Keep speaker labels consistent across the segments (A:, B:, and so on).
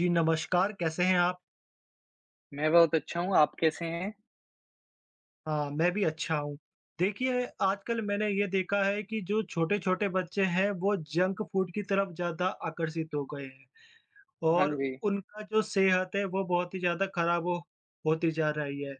A: जी, नमस्कार, कैसे हैं आप?
B: मैं बहुत अच्छा हूँ, आप कैसे हैं?
A: हाँ, मैं भी अच्छा हूँ। देखिए, आजकल मैंने ये देखा है कि जो छोटे-छोटे बच्चे हैं, वो जंक फूड की तरफ ज़्यादा आकर्षित हो गए हैं।
B: हाँ
A: और
B: जी,
A: उनका जो सेहत है वो बहुत ही ज़्यादा खराब हो होती जा रही है।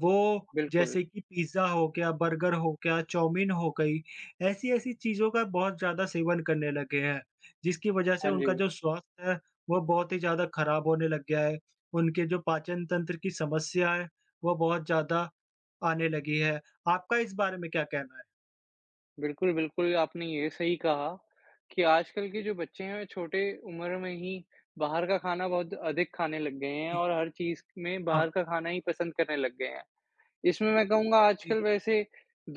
A: वो
B: बिल्कुल।
A: जैसे कि पिज़्ज़ा हो गया, बर्गर हो गया, चाउमीन हो गई, ऐसी-ऐसी चीज़ों का बहुत ज़्यादा सेवन करने लगे हैं, जिसकी वज़ह से
B: हाँ
A: उनका
B: जी,
A: जो स्वास्थ्य है वो बहुत ही ज़्यादा खराब होने लग गया है। उनके जो पाचन तंत्र की समस्या है वो बहुत ज़्यादा आने लगी है। आपका इस बारे में क्या कहना है?
B: बिल्कुल, बिल्कुल, आपने ये सही कहा कि आजकल के जो बच्चे हैं, वे छोटे उम्र में ही बाहर का खाना बहुत अधिक खाने लग गए हैं
A: जी,
B: और हर चीज़ में
A: हाँ,
B: बाहर का खाना ही पसंद करने लग गए हैं। इसमें मैं कहूँगा
A: जी,
B: आजकल वैसे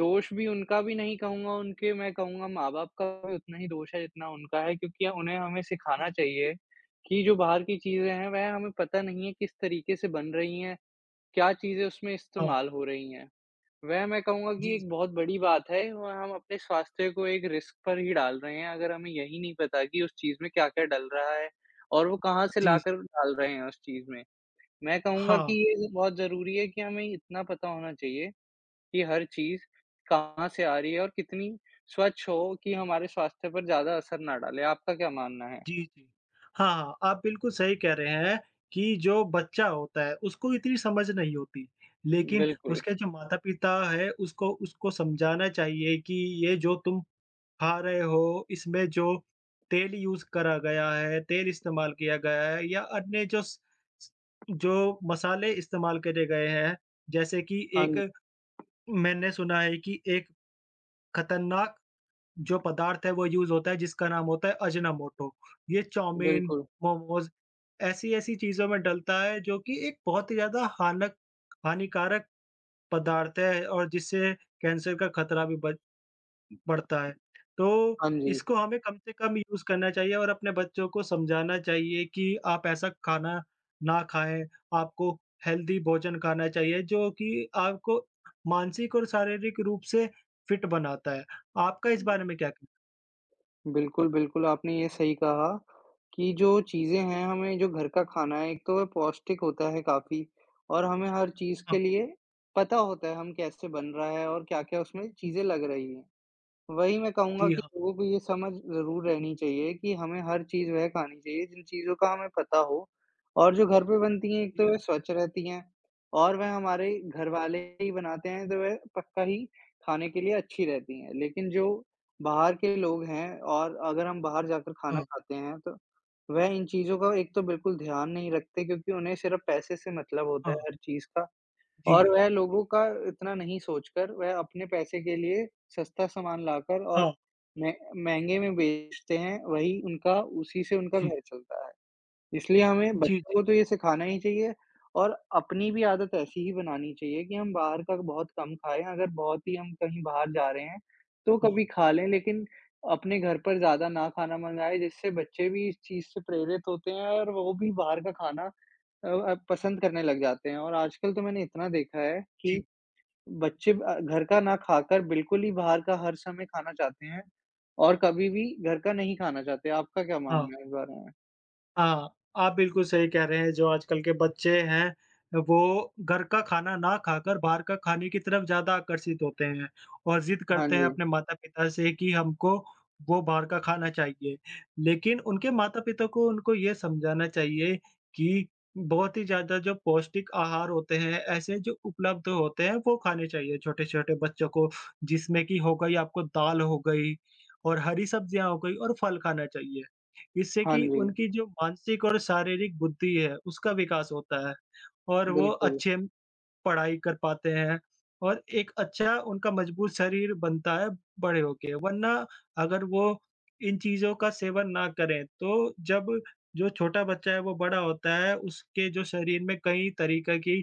B: दोष भी उनका भी नहीं कहूँगा, उनके मैं कहूँगा माँ-बाप का भी उतना ही दोष है जितना उनका है क्योंकि उन्हें हमें सिखाना
A: जी,
B: चाहिए कि जो बाहर की चीज़ें हैं, वह हमें पता नहीं है किस तरीके से बन रही हैं, क्या चीज़ें उसमें
A: हाँ,
B: इस्तेमाल हो रही हैं। वह मैं कहूँगा कि
A: जी,
B: एक बहुत बड़ी बात है और हम अपने स्वास्थ्य को एक रिस्क पर ही डाल रहे हैं, अगर हमें यही नहीं पता कि उस चीज़ में क्या-क्या डल रहा है और वो कहाँ से
A: जी,
B: लाकर डाल रहे हैं उस चीज़ में। मैं कहूँगा कि
A: हाँ।
B: ये ज बहुत ज़रूरी है कि हमें इतना पता होना चाहिए कि हर चीज़ कहाँ से आ रही है और कितनी स्वच्छ हो कि हमारे स्वास्थ्य पर ज़्यादा असर ना डाले। आपका क्या मानना है?
A: जी, जी। हाँ, हाँ, आप बिल्कुल सही कह रहे हैं कि जो बच्चा होता है उसको इतनी समझ नहीं होती, लेकिन
B: बिल्कुल।
A: उसके जो माता-पिता है उसको उसको समझाना चाहिए कि ये जो तुम खा रहे हो, इसमें जो तेल यूज़ करा गया है, तेल इस्तेमाल किया गया है या अन्य जो स स जो मसाले इस्तेमाल करे गए हैं, जैसे कि
B: हाँ
A: एक
B: जी,
A: मैंने सुना है कि एक खतरनाक जो पदार्थ है वो यूज़ होता है जिसका नाम होता है अजिनामोटो। ये चाउमीन,
B: बिल्कुल।
A: मोमोज़ ऐसी-ऐसी चीज़ों में डलता है जो कि एक बहुत ही ज़्यादा हानक हानिकारक पदार्थ है और जिससे कैंसर का खतरा भी बढ़ता है। तो
B: हाँ जी।
A: इसको हमें कम से कम यूज़ करना चाहिए और अपने बच्चों को समझाना चाहिए कि आप ऐसा खाना ना खाएँ, आपको हेल्दी भोजन खाना चाहिए जो कि आपको मानसिक और शारीरिक रूप से फिट बनाता है। आपका इस बारे में क्या कहना है?
B: बिल्कुल, बिल्कुल, आपने ये सही कहा कि जो चीज़ें हैं, हमें जो घर का खाना है, एक तो वह पौष्टिक होता है काफ़ी और हमें हर चीज़
A: हाँ।
B: के लिए पता होता है, हम कैसे बन रहा है और क्या-क्या उसमें चीज़ें लग रही हैं। वही मैं कहूँगा
A: जी
B: कि
A: हाँ,
B: लोगों को ये समझ ज़रूर रहनी चाहिए कि हमें हर चीज़ वह खानी चाहिए जिन चीज़ों का हमें पता हो और जो घर पे बनती हैं, एक
A: जी
B: तो
A: हाँ,
B: वह स्वच्छ रहती हैं और वह हमारे
A: हाँ,
B: घरवाले ही बनाते हैं, तो वह पक्का ही खाने के लिए अच्छी रहती हैं। लेकिन जो बाहर के लोग हैं और अगर हम बाहर जाकर खाना
A: हाँ,
B: खाते हैं, तो वह इन चीज़ों का एक तो बिल्कुल ध्यान नहीं रखते क्योंकि उन्हें सिर्फ़ पैसे से मतलब होता
A: हाँ,
B: है
A: हाँ,
B: हर चीज़ का।
A: जी,
B: और वह लोगों का इतना नहीं सोचकर, वह अपने पैसे के लिए सस्ता सामान लाकर और
A: हाँ,
B: मह महँगे में बेचते हैं, वही उनका उसी से उनका
A: जी,
B: घर चलता है। इसलिए हमें
A: जी,
B: बच्चों
A: जी,
B: को तो ये सिखाना ही चाहिए और अपनी भी आदत ऐसी ही बनानी चाहिए कि हम बाहर का बहुत कम खाएँ, अगर बहुत ही हम कहीं बाहर जा रहे हैं, तो
A: हाँ,
B: कभी खा लें, लेकिन अपने घर पर ज़्यादा ना खाना मँगाएँ, जिससे बच्चे भी इस चीज़ से प्रेरित होते हैं और वो भी बाहर का खाना अब पसंद करने लग जाते हैं और आजकल तो मैंने इतना देखा है कि
A: जी,
B: बच्चे घर का ना खाकर बिल्कुल ही बाहर का हर समय खाना चाहते हैं और कभी भी घर का नहीं खाना चाहते। आपका क्या
A: हाँ।
B: मानना है इस बारे में?
A: हाँ, आप बिल्कुल सही कह रहे हैं, जो आजकल के बच्चे हैं, वो घर का खाना ना खाकर बाहर का खाने की तरफ ज़्यादा आकर्षित होते हैं और ज़िद
B: हाँ
A: करते हैं
B: जी।
A: अपने माता-पिता से कि हमको वो बाहर का खाना चाहिए। लेकिन उनके माता-पिता को उनको ये समझाना चाहिए कि बहुत ही ज़्यादा जो पौष्टिक आहार होते हैं, ऐसे जो उपलब्ध होते हैं, वो खाने चाहिए छोटे-छोटे बच्चों को, जिसमें कि हो गई आपको दाल हो गई और हरी सब्जियाँ हो गई और फल खाना चाहिए। इससे
B: हाँ
A: कि
B: जी,
A: उनकी जो मानसिक और शारीरिक बुद्धि है, उसका विकास होता है और वो
B: बिल्कुल,
A: अच्छे पढ़ाई कर पाते हैं और एक अच्छा उनका मजबूत शरीर बनता है बड़े होके। वरना अगर वो इन चीज़ों का सेवन ना करें, तो जब जो छोटा बच्चा है वो बड़ा होता है, उसके जो शरीर में कई तरीक़े की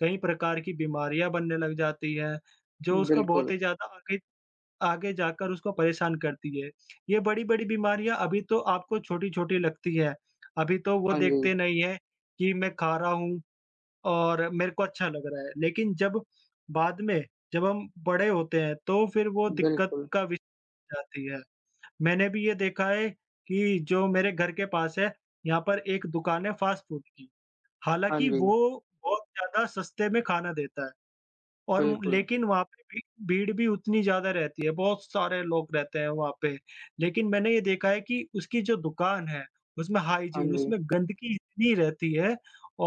A: कई प्रकार की बीमारियाँ बनने लग जाती हैं, जो उसको बहुत
B: बिल्कुल।
A: ही ज़्यादा आगे आगे जाकर उसको परेशान करती है। ये बड़ी-बड़ी बीमारियाँ अभी तो आपको छोटी-छोटी लगती है। अभी तो वो
B: हाँ जी,
A: देखते नहीं है कि मैं खा रहा हूँ और मेरे को अच्छा लग रहा है। लेकिन जब बाद में जब हम बड़े होते हैं तो फिर वो दिक्कत
B: बिल्कुल।
A: का विषय जाती है। मैंने भी ये देखा है कि जो मेरे घर के पास है, यहाँ पर एक दुकान है फास्ट फूड की।
B: हाँ
A: हालाँकि
B: जी,
A: वो बहुत ज़्यादा सस्ते में खाना देता है। और
B: बिल्कुल।
A: लेकिन वहाँ पे भी भीड़ भी उतनी ज़्यादा रहती है, बहुत सारे लोग रहते हैं वहाँ पे। लेकिन मैंने ये देखा है कि उसकी जो दुकान है, उसमें
B: हाँ
A: हाइजीन,
B: जी,
A: उसमें गंदगी इतनी रहती है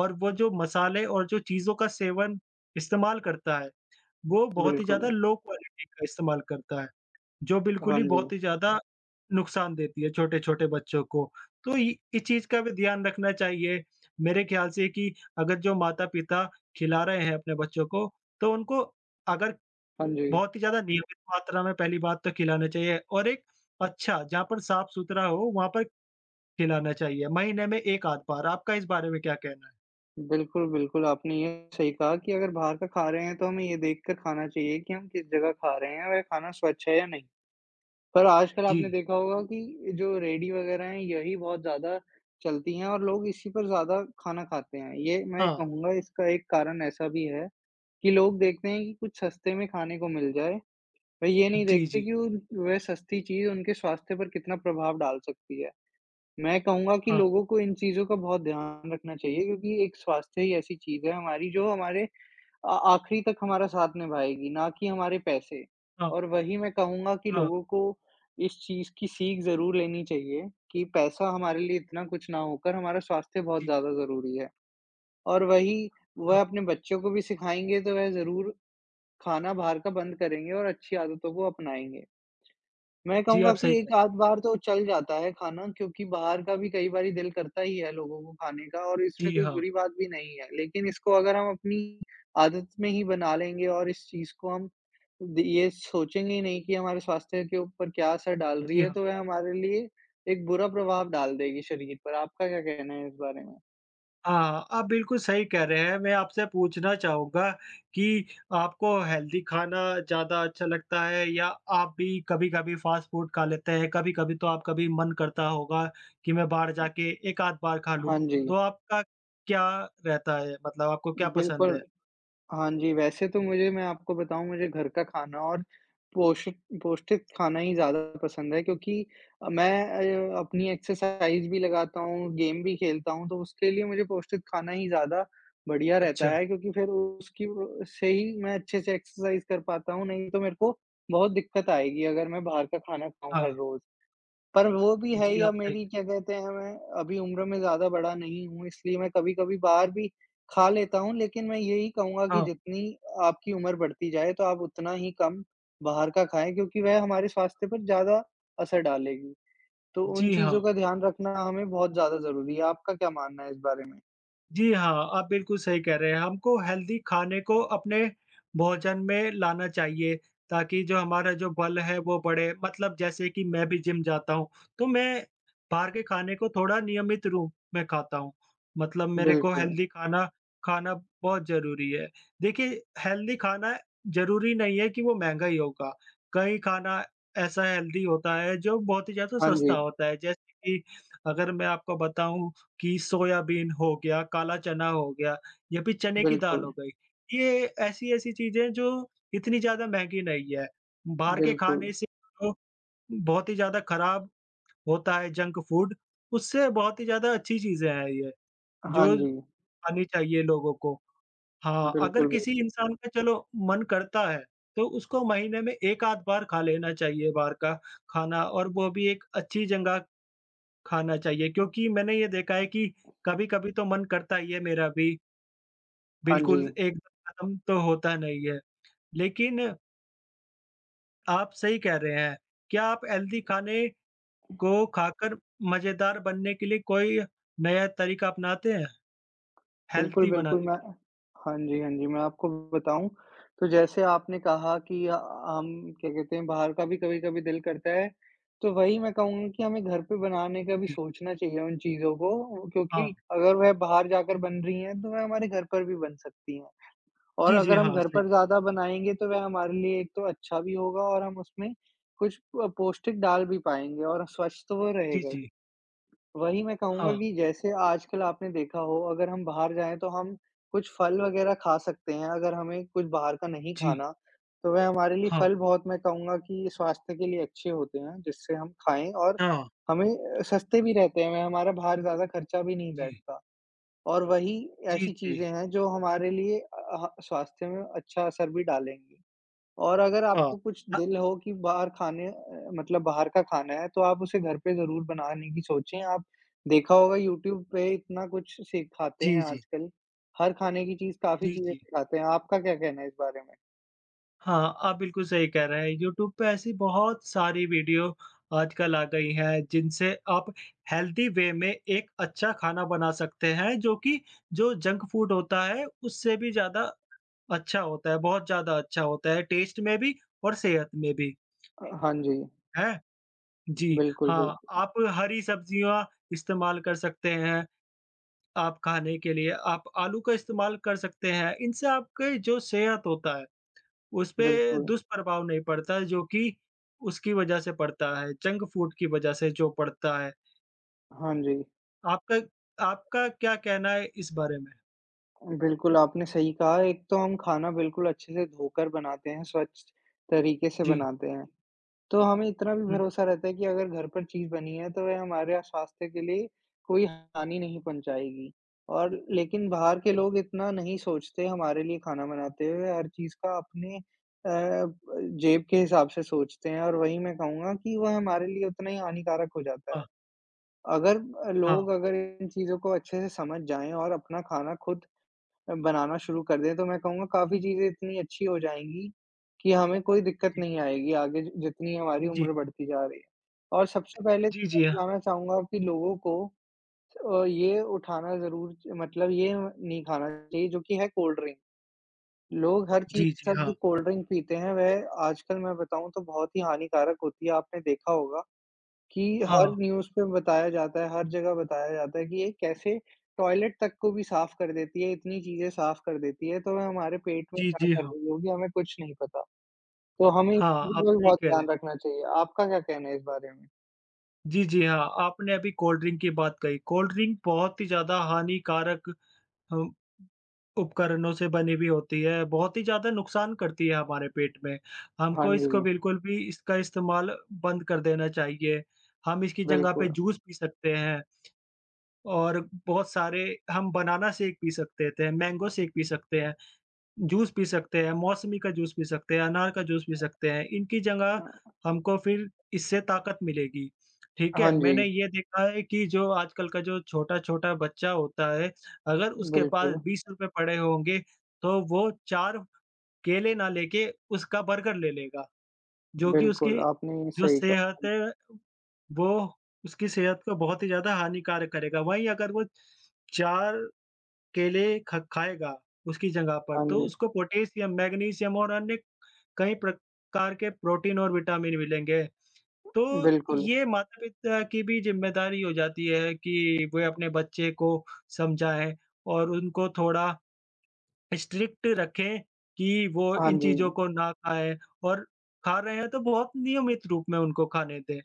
A: और वो जो मसाले और जो चीज़ों का सेवन इस्तेमाल करता है, वो बहुत ही ज़्यादा
B: बिल्कुल।
A: लो क्वालिटी का इस्तेमाल करता है। जो बिल्कुल
B: हाँ
A: ही
B: जी,
A: बहुत ही ज़्यादा नुकसान देती है छोटे-छोटे बच्चों को। तो इ इस चीज़ का भी ध्यान रखना चाहिए मेरे ख़्याल से कि अगर जो माता-पिता खिला रहे हैं अपने बच्चों को, तो उनको अगर
B: हाँ जी।
A: बहुत ही ज़्यादा नियमित मात्रा में पहली बात तो खिलाना चाहिए और एक अच्छा जहाँ पर साफ-सुथरा हो वहाँ पर खिलाना चाहिए, महीने में 1 आध बार। आपका इस बारे में क्या कहना है?
B: बिल्कुल, बिल्कुल, आपने ये सही कहा कि अगर बाहर का खा रहे हैं तो हमें ये देखकर खाना चाहिए कि हम किस जगह खा रहे हैं और ये खाना स्वच्छ है या नहीं। पर आजकल
A: जी।
B: आपने देखा होगा कि जो रेडी वगैरह हैं, यही बहुत ज़्यादा चलती हैं और लोग इसी पर ज़्यादा खाना खाते हैं। ये मैं
A: हाँ।
B: कहूँगा इसका एक कारण ऐसा भी है कि लोग देखते हैं कि कुछ सस्ते में खाने को मिल जाए, वे ये नहीं
A: जी,
B: देखते
A: जी।
B: कि उन वह सस्ती चीज़ उनके स्वास्थ्य पर कितना प्रभाव डाल सकती है। मैं कहूँगा कि
A: हाँ,
B: लोगों को इन चीज़ों का बहुत ध्यान रखना चाहिए क्योंकि एक स्वास्थ्य ही ऐसी चीज़ है हमारी जो हमारे आ आखिरी तक हमारा साथ निभाएगी, ना कि हमारे पैसे।
A: हाँ,
B: और वही मैं कहूँगा कि
A: हाँ।
B: लोगों को इस चीज़ की सीख ज़रूर लेनी चाहिए कि पैसा हमारे लिए इतना कुछ ना होकर हमारा स्वास्थ्य बहुत
A: जी,
B: ज़्यादा ज़रूरी है। और वही
A: हाँ।
B: वह अपने बच्चों को भी सिखाएँगे तो वह ज़रूर खाना बाहर का बंद करेंगे और अच्छी आदतों को अपनाएँगे। मैं
A: जी,
B: कहूँगा
A: आप
B: कि
A: सही कह
B: एक
A: रहे हैं।
B: आध बार तो चल जाता है खाना क्योंकि बाहर का भी कई बारी दिल करता ही है लोगों को खाने का और इसमें
A: जी,
B: कोई
A: हाँ।
B: बुरी बात भी नहीं है। लेकिन इसको अगर हम अपनी आदत में ही बना लेंगे और इस चीज़ को हम द ये सोचेंगे ही नहीं कि हमारे स्वास्थ्य के ऊपर क्या असर डाल रही
A: जी,
B: है,
A: हाँ।
B: तो वह हमारे लिए एक बुरा प्रभाव डाल देगी शरीर पर। आपका क्या कहना है इस बारे में?
A: हाँ, आप बिल्कुल सही कह रहे हैं। मैं आपसे पूछना चाहूँगा कि आपको हेल्दी खाना ज़्यादा अच्छा लगता है या आप भी कभी-कभी फ़ास्ट फूड खा लेते हैं? कभी-कभी तो आप कभी मन करता होगा कि मैं बाहर जाके 1 आध बार खा लूँ।
B: हाँ जी,
A: तो आपका क्या रहता है? मतलब आपको क्या पसंद है?
B: बिल्कुल। हाँ जी, वैसे तो मुझे मैं आपको बताऊँ मुझे घर का खाना और पोषिक पौष्टिक खाना ही ज़्यादा पसंद है क्योंकि मैं अपनी एक्सरसाइज़ भी लगाता हूँ, गेम भी खेलता हूँ, तो उसके लिए मुझे पौष्टिक खाना ही ज़्यादा बढ़िया रहता
A: अच्छा,
B: है क्योंकि फिर उसकी व से ही मैं अच्छे से एक्सरसाइज़ कर पाता हूँ, नहीं तो मेरे को बहुत दिक्कत आएगी अगर मैं बाहर का खाना खाऊँ
A: हाँ।
B: हर रोज़। पर वो भी है
A: जी,
B: या
A: आप सही कह
B: मेरी
A: रहे
B: क्या
A: हैं।
B: कहते हैं मैं अभी उम्र में ज़्यादा बड़ा नहीं हूँ इसलिए मैं कभी-कभी बाहर भी खा लेता हूँ, लेकिन मैं यही कहूँगा कि
A: हाँ,
B: जितनी आपकी उम्र बढ़ती जाए तो आप उतना ही कम बाहर का खाएँ क्योंकि वह हमारे स्वास्थ्य पर ज़्यादा असर डालेगी। तो उन
A: जी
B: चीज़ों
A: हाँ।
B: का ध्यान रखना हमें बहुत ज़्यादा ज़रूरी है। आपका क्या मानना है इस बारे में?
A: जी हाँ, आप बिल्कुल सही कह रहे हैं। हमको हेल्दी खाने को अपने भोजन में लाना चाहिए ताकि जो हमारा जो बल है वो बढ़े। मतलब जैसे कि मैं भी जिम जाता हूँ, तो मैं बाहर के खाने को थोड़ा नियमित रूप में खाता हूँ। मतलब मेरे को
B: बिल्कुल।
A: हेल्दी खाना खाना बहुत ज़रूरी है। देखिए, हेल्दी खाना ज़रूरी नहीं है कि वो महँगा ही होगा। कई खाना ऐसा हेल्दी होता है जो बहुत ही ज़्यादा
B: हाँ
A: सस्ता
B: जी।
A: होता है। जैसे कि अगर मैं आपको बताऊँ कि सोयाबीन हो गया, काला चना हो गया या फिर चने की दाल
B: बिल्कुल,
A: हो गई। ये ऐसी-ऐसी चीज़ें जो इतनी ज़्यादा महँगी नहीं है। बाहर के
B: बिल्कुल।
A: खाने से जो बहुत ही ज़्यादा खराब होता है जंक फूड, उससे बहुत ही ज़्यादा अच्छी चीज़ें हैं ये,
B: हाँ
A: जो
B: जी।
A: खानी चाहिए लोगों को। हाँ, अगर
B: बिल्कुल,
A: किसी
B: बिल्कुल।
A: इंसान का चलो मन करता है, तो उसको महीने में 1 आध बार खा लेना चाहिए बाहर का खाना और वो भी एक अच्छी जगह खाना चाहिए क्योंकि मैंने ये देखा है कि कभी-कभी तो मन करता ही है मेरा भी,
B: हाँ जी।
A: बिल्कुल एकदम खत्म तो होता नहीं है। लेकिन आप सही कह रहे हैं, क्या आप हेल्दी खाने को खाकर मज़ेदार बनने के लिए कोई नया तरीका अपनाते हैं?
B: बिल्कुल,
A: हेल्दी
B: बिल्कुल,
A: बनाने
B: मैं
A: के
B: हाँ जी, हाँ जी, मैं आपको बताऊँ, तो जैसे आपने कहा कि हम क्या कहते हैं बाहर का भी कभी-कभी दिल करता है, तो वही मैं कहूँगा कि हमें घर पे बनाने का भी
A: लिए?
B: सोचना चाहिए उन चीज़ों को
A: हाँ।
B: क्योंकि अगर वह बाहर जाकर बन रही हैं, तो वह हमारे घर पर भी बन सकती हैं और
A: जी, जी,
B: अगर हम
A: हाँ,
B: घर
A: सही
B: पर ज़्यादा बनाएँगे, तो वह हमारे लिए एक तो अच्छा भी होगा और हम उसमें कुछ पौष्टिक डाल भी पाएँगे और स्वच्छ तो वो
A: जी,
B: रहेगा।
A: जी,
B: वही मैं कहूँगा
A: हाँ,
B: कि जैसे आजकल आपने देखा हो अगर हम बाहर जाएँ तो हम कुछ फल वग़ैरह खा सकते हैं, अगर हमें कुछ बाहर का नहीं
A: जी,
B: खाना, तो वह हमारे लिए
A: हाँ,
B: फल बहुत मैं कहूँगा कि स्वास्थ्य के लिए अच्छे होते हैं, जिससे हम खाएँ और
A: हाँ,
B: हमें सस्ते भी रहते हैं, वह हमारा बाहर ज़्यादा खर्चा भी नहीं
A: जी,
B: बैठता। और वही
A: जी,
B: ऐसी
A: जी,
B: चीज़ें हैं जो हमारे लिए स्वास्थ्य में अच्छा असर भी डालेंगी। और अगर
A: हाँ,
B: आपको कुछ
A: अ,
B: दिल हो कि बाहर खाने मतलब बाहर का खाना है, तो आप उसे घर पे ज़रूर बनाने की सोचें। आप देखा होगा यूट्यूब पे इतना कुछ सिखाते
A: जी,
B: हैं
A: जी,
B: आजकल, हर खाने की चीज़ काफ़ी
A: जी,
B: चीज़ें
A: जी।
B: सिखाते हैं। आपका क्या कहना है इस बारे में?
A: हाँ, आप बिल्कुल सही कह रहे हैं। यूट्यूब पे ऐसी बहुत सारी वीडियो आजकल आ गई हैं, जिनसे आप हेल्दी वे में एक अच्छा खाना बना सकते हैं, जो कि जो जंक फूड होता है, उससे भी ज़्यादा अच्छा होता है, बहुत ज़्यादा अच्छा होता है, टेस्ट में भी और सेहत में भी,
B: हाँ जी,
A: हैं? जी,
B: बिल्कुल,
A: हाँ,
B: बिल्कुल,
A: आप हरी सब्जियाँ इस्तेमाल कर सकते हैं, आप खाने के लिए, आप आलू का इस्तेमाल कर सकते हैं। इनसे आपके जो सेहत होता है उसपे
B: बिल्कुल।
A: दुष्प्रभाव नहीं पड़ता जो कि उसकी वज़ह से पड़ता है, जंक फूड की वज़ह से जो पड़ता है।
B: हाँ जी,
A: आपका आपका क्या कहना है इस बारे में?
B: बिल्कुल आपने सही कहा। एक तो हम खाना बिल्कुल अच्छे से धोकर बनाते हैं, स्वच्छ तरीके से
A: जी।
B: बनाते हैं। तो हमें इतना भी
A: हुँ,
B: भरोसा रहता है कि अगर घर पर चीज़ बनी है, तो वह हमारे स्वास्थ्य के लिए कोई हानि नहीं पहुँचाएगी। और लेकिन बाहर के
A: हाँ,
B: लोग इतना नहीं सोचते हमारे लिए खाना बनाते हुए, हर चीज़ का अपने जेब के हिसाब से सोचते हैं और वही मैं कहूँगा कि वह हमारे लिए उतना ही हानिकारक हो जाता
A: हाँ,
B: है। अगर अ,
A: हाँ,
B: लोग अगर इन चीज़ों को अच्छे से समझ जाएँ और अपना खाना खुद बनाना शुरू कर दें, तो मैं कहूँगा काफ़ी चीज़ें इतनी अच्छी हो जाएँगी, कि हमें कोई दिक्कत
A: जी,
B: नहीं आएगी आगे जि जितनी हमारी
A: जी,
B: उम्र बढ़ती जा रही है। और सबसे पहले तो
A: जी,
B: मैं
A: जी, हाँ,
B: बताना चाहूँगा कि लोगों को ये उठाना ज़रूर च मतलब ये नहीं खाना चाहिए जो कि है कोल्ड ड्रिंक। लोग हर चीज़
A: जी,
B: के
A: जी,
B: साथ
A: हाँ,
B: जो कोल्ड ड्रिंक पीते हैं वह आजकल मैं बताऊँ तो बहुत ही हानिकारक होती है, आपने देखा होगा। कि हर
A: हाँ,
B: न्यूज़ पे बताया जाता है, हर जगह बताया जाता है कि ये कैसे टॉयलेट तक को भी साफ़ कर देती है, इतनी चीज़ें साफ़ कर देती है, तो वह हमारे पेट में
A: जी,
B: क्या
A: जी,
B: कर
A: हाँ,
B: रही होगी, हमें कुछ नहीं पता। तो हमें इस
A: हाँ,
B: चीज़
A: आप
B: का भी
A: सही
B: बहुत
A: कह रहे हैं।
B: ध्यान रखना चाहिए। आपका क्या कहना है इस बारे में?
A: जी, जी, हाँ, आपने अभी कोल्ड ड्रिंक की बात कही, कोल्ड ड्रिंक बहुत ही ज़्यादा हानिकारक हम उपकरणों से बनी भी होती है, बहुत ही ज़्यादा नुकसान करती है हमारे पेट में।
B: हाँ
A: हमको इसको
B: जी,
A: बिल्कुल भी इसका इस्तेमाल बंद कर देना चाहिए। हम इसकी जगह पे
B: बिल्कुल।
A: जूस पी सकते हैं और बहुत सारे हम बनाना शेक पी सकते थे, मैंगो शेक पी सकते हैं। जूस पी सकते हैं, मौसमी का जूस पी सकते हैं, अनार का जूस पी सकते हैं। इनकी जगह
B: अ,
A: हमको फिर इससे ताकत मिलेगी, ठीक
B: हाँ
A: है?
B: जी,
A: मैंने ये देखा है कि जो आजकल का जो छोटा-छोटा बच्चा होता है, अगर उसके पास
B: बिल्कुल,
A: ₹20 पड़े होंगे, तो वो 4 केले ना लेके उसका बर्गर ले लेगा, जो कि
B: बिल्कुल,
A: उसकी
B: आपने
A: जो
B: सही कहा।
A: सेहत है, वो उसकी सेहत को बहुत ही ज़्यादा हानिकारक करेगा। वहीं अगर वो 4 केले ख खाएगा उसकी जगह पर,
B: हाँ
A: तो
B: जी,
A: उसको पोटेशियम, मैग्नीशियम और अन्य कई प्रकार के प्रोटीन और विटामिन मिलेंगे। तो
B: बिल्कुल।
A: ये माता-पिता की भी ज़िम्मेदारी हो जाती है कि वे अपने बच्चे को समझाएँ और उनको थोड़ा स्ट्रिक्ट रखें कि वो
B: हाँ
A: इन चीज़ों
B: जी,
A: को ना खाएँ और खा रहे हैं तो बहुत नियमित रूप में उनको खाने दें।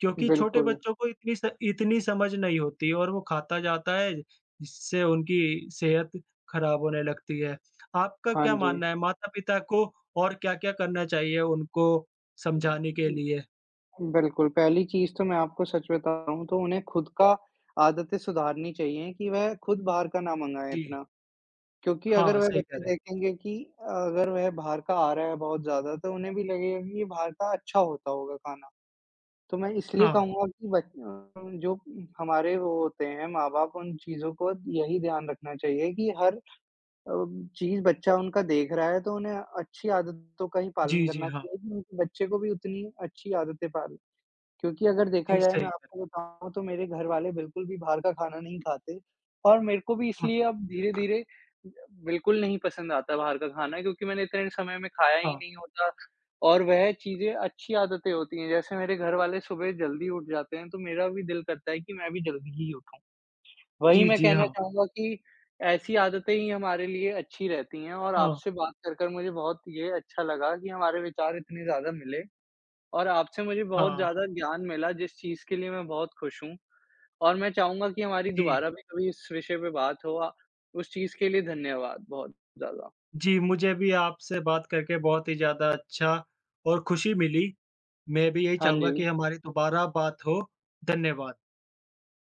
A: क्योंकि छोटे
B: बिल्कुल।
A: बच्चों को इतनी स इतनी समझ नहीं होती और वो खाता जाता है, जिससे उनकी सेहत खराब होने लगती है। आपका
B: हाँ
A: क्या
B: जी।
A: मानना है माता-पिता को और क्या-क्या करना चाहिए उनको समझाने के लिए?
B: बिल्कुल, पहली चीज़ तो मैं आपको सच बताऊँ तो उन्हें खुद का आदतें सुधारनी चाहिए कि वह खुद बाहर का ना मँगाएँ
A: जी।
B: इतना। क्योंकि अगर
A: हाँ,
B: वह
A: सही कह
B: बच्चे
A: रहे हैं।
B: देखेंगे कि अगर वह बाहर का आ रहा है बहुत ज़्यादा तो उन्हें भी लगेगा कि ये बाहर का अच्छा होता होगा खाना। तो मैं इसलिए
A: हाँ।
B: कहूँगा कि जो हमारे वो होते हैं माँ-बाप उन चीज़ों को यही ध्यान रखना चाहिए कि हर अ, चीज़ बच्चा उनका देख रहा है तो उन्हें अच्छी आदतों का ही पालन
A: जी, जी,
B: करना
A: हाँ।
B: चाहिए कि उनके बच्चे को भी उतनी अच्छी आदतें पाल, क्योंकि अगर देखा
A: जी,
B: जाए
A: सही
B: मैं
A: कह
B: आपको बताऊँ तो मेरे घर वाले बिल्कुल भी बाहर का खाना नहीं खाते और मेरे को भी
A: रहे हैं।
B: इसलिए अब धीरे-धीरे बिल्कुल नहीं पसंद आता बाहर का खाना क्योंकि मैंने इतने समय में खाया
A: हाँ,
B: ही
A: हाँ।
B: नहीं होता और वह चीज़ें अच्छी आदतें होती हैं। जैसे मेरे घर वाले सुबह जल्दी उठ जाते हैं, तो मेरा भी दिल करता है कि मैं भी जल्दी ही उठूँ। वही
A: जी,
B: मैं
A: जी,
B: कहना
A: हाँ।
B: चाहूँगा कि ऐसी आदतें ही हमारे लिए अच्छी रहती हैं और
A: हाँ,
B: आपसे बात कर मुझे बहुत ये अच्छा लगा कि हमारे विचार इतने ज़्यादा मिले और आपसे मुझे बहुत
A: हाँ।
B: ज़्यादा ज्ञान मिला जिस चीज़ के लिए मैं बहुत खुश हूँ। और मैं चाहूँगा कि हमारी
A: जी।
B: दोबारा भी कभी इस विषय पे बात हो, उस चीज़ के लिए धन्यवाद बहुत ज़्यादा।
A: जी, मुझे भी आपसे बात करके बहुत ही ज़्यादा अच्छा और खुशी मिली। मैं भी यही
B: हाँ जी।
A: चाहूँगा कि हमारी दोबारा बात हो। धन्यवाद।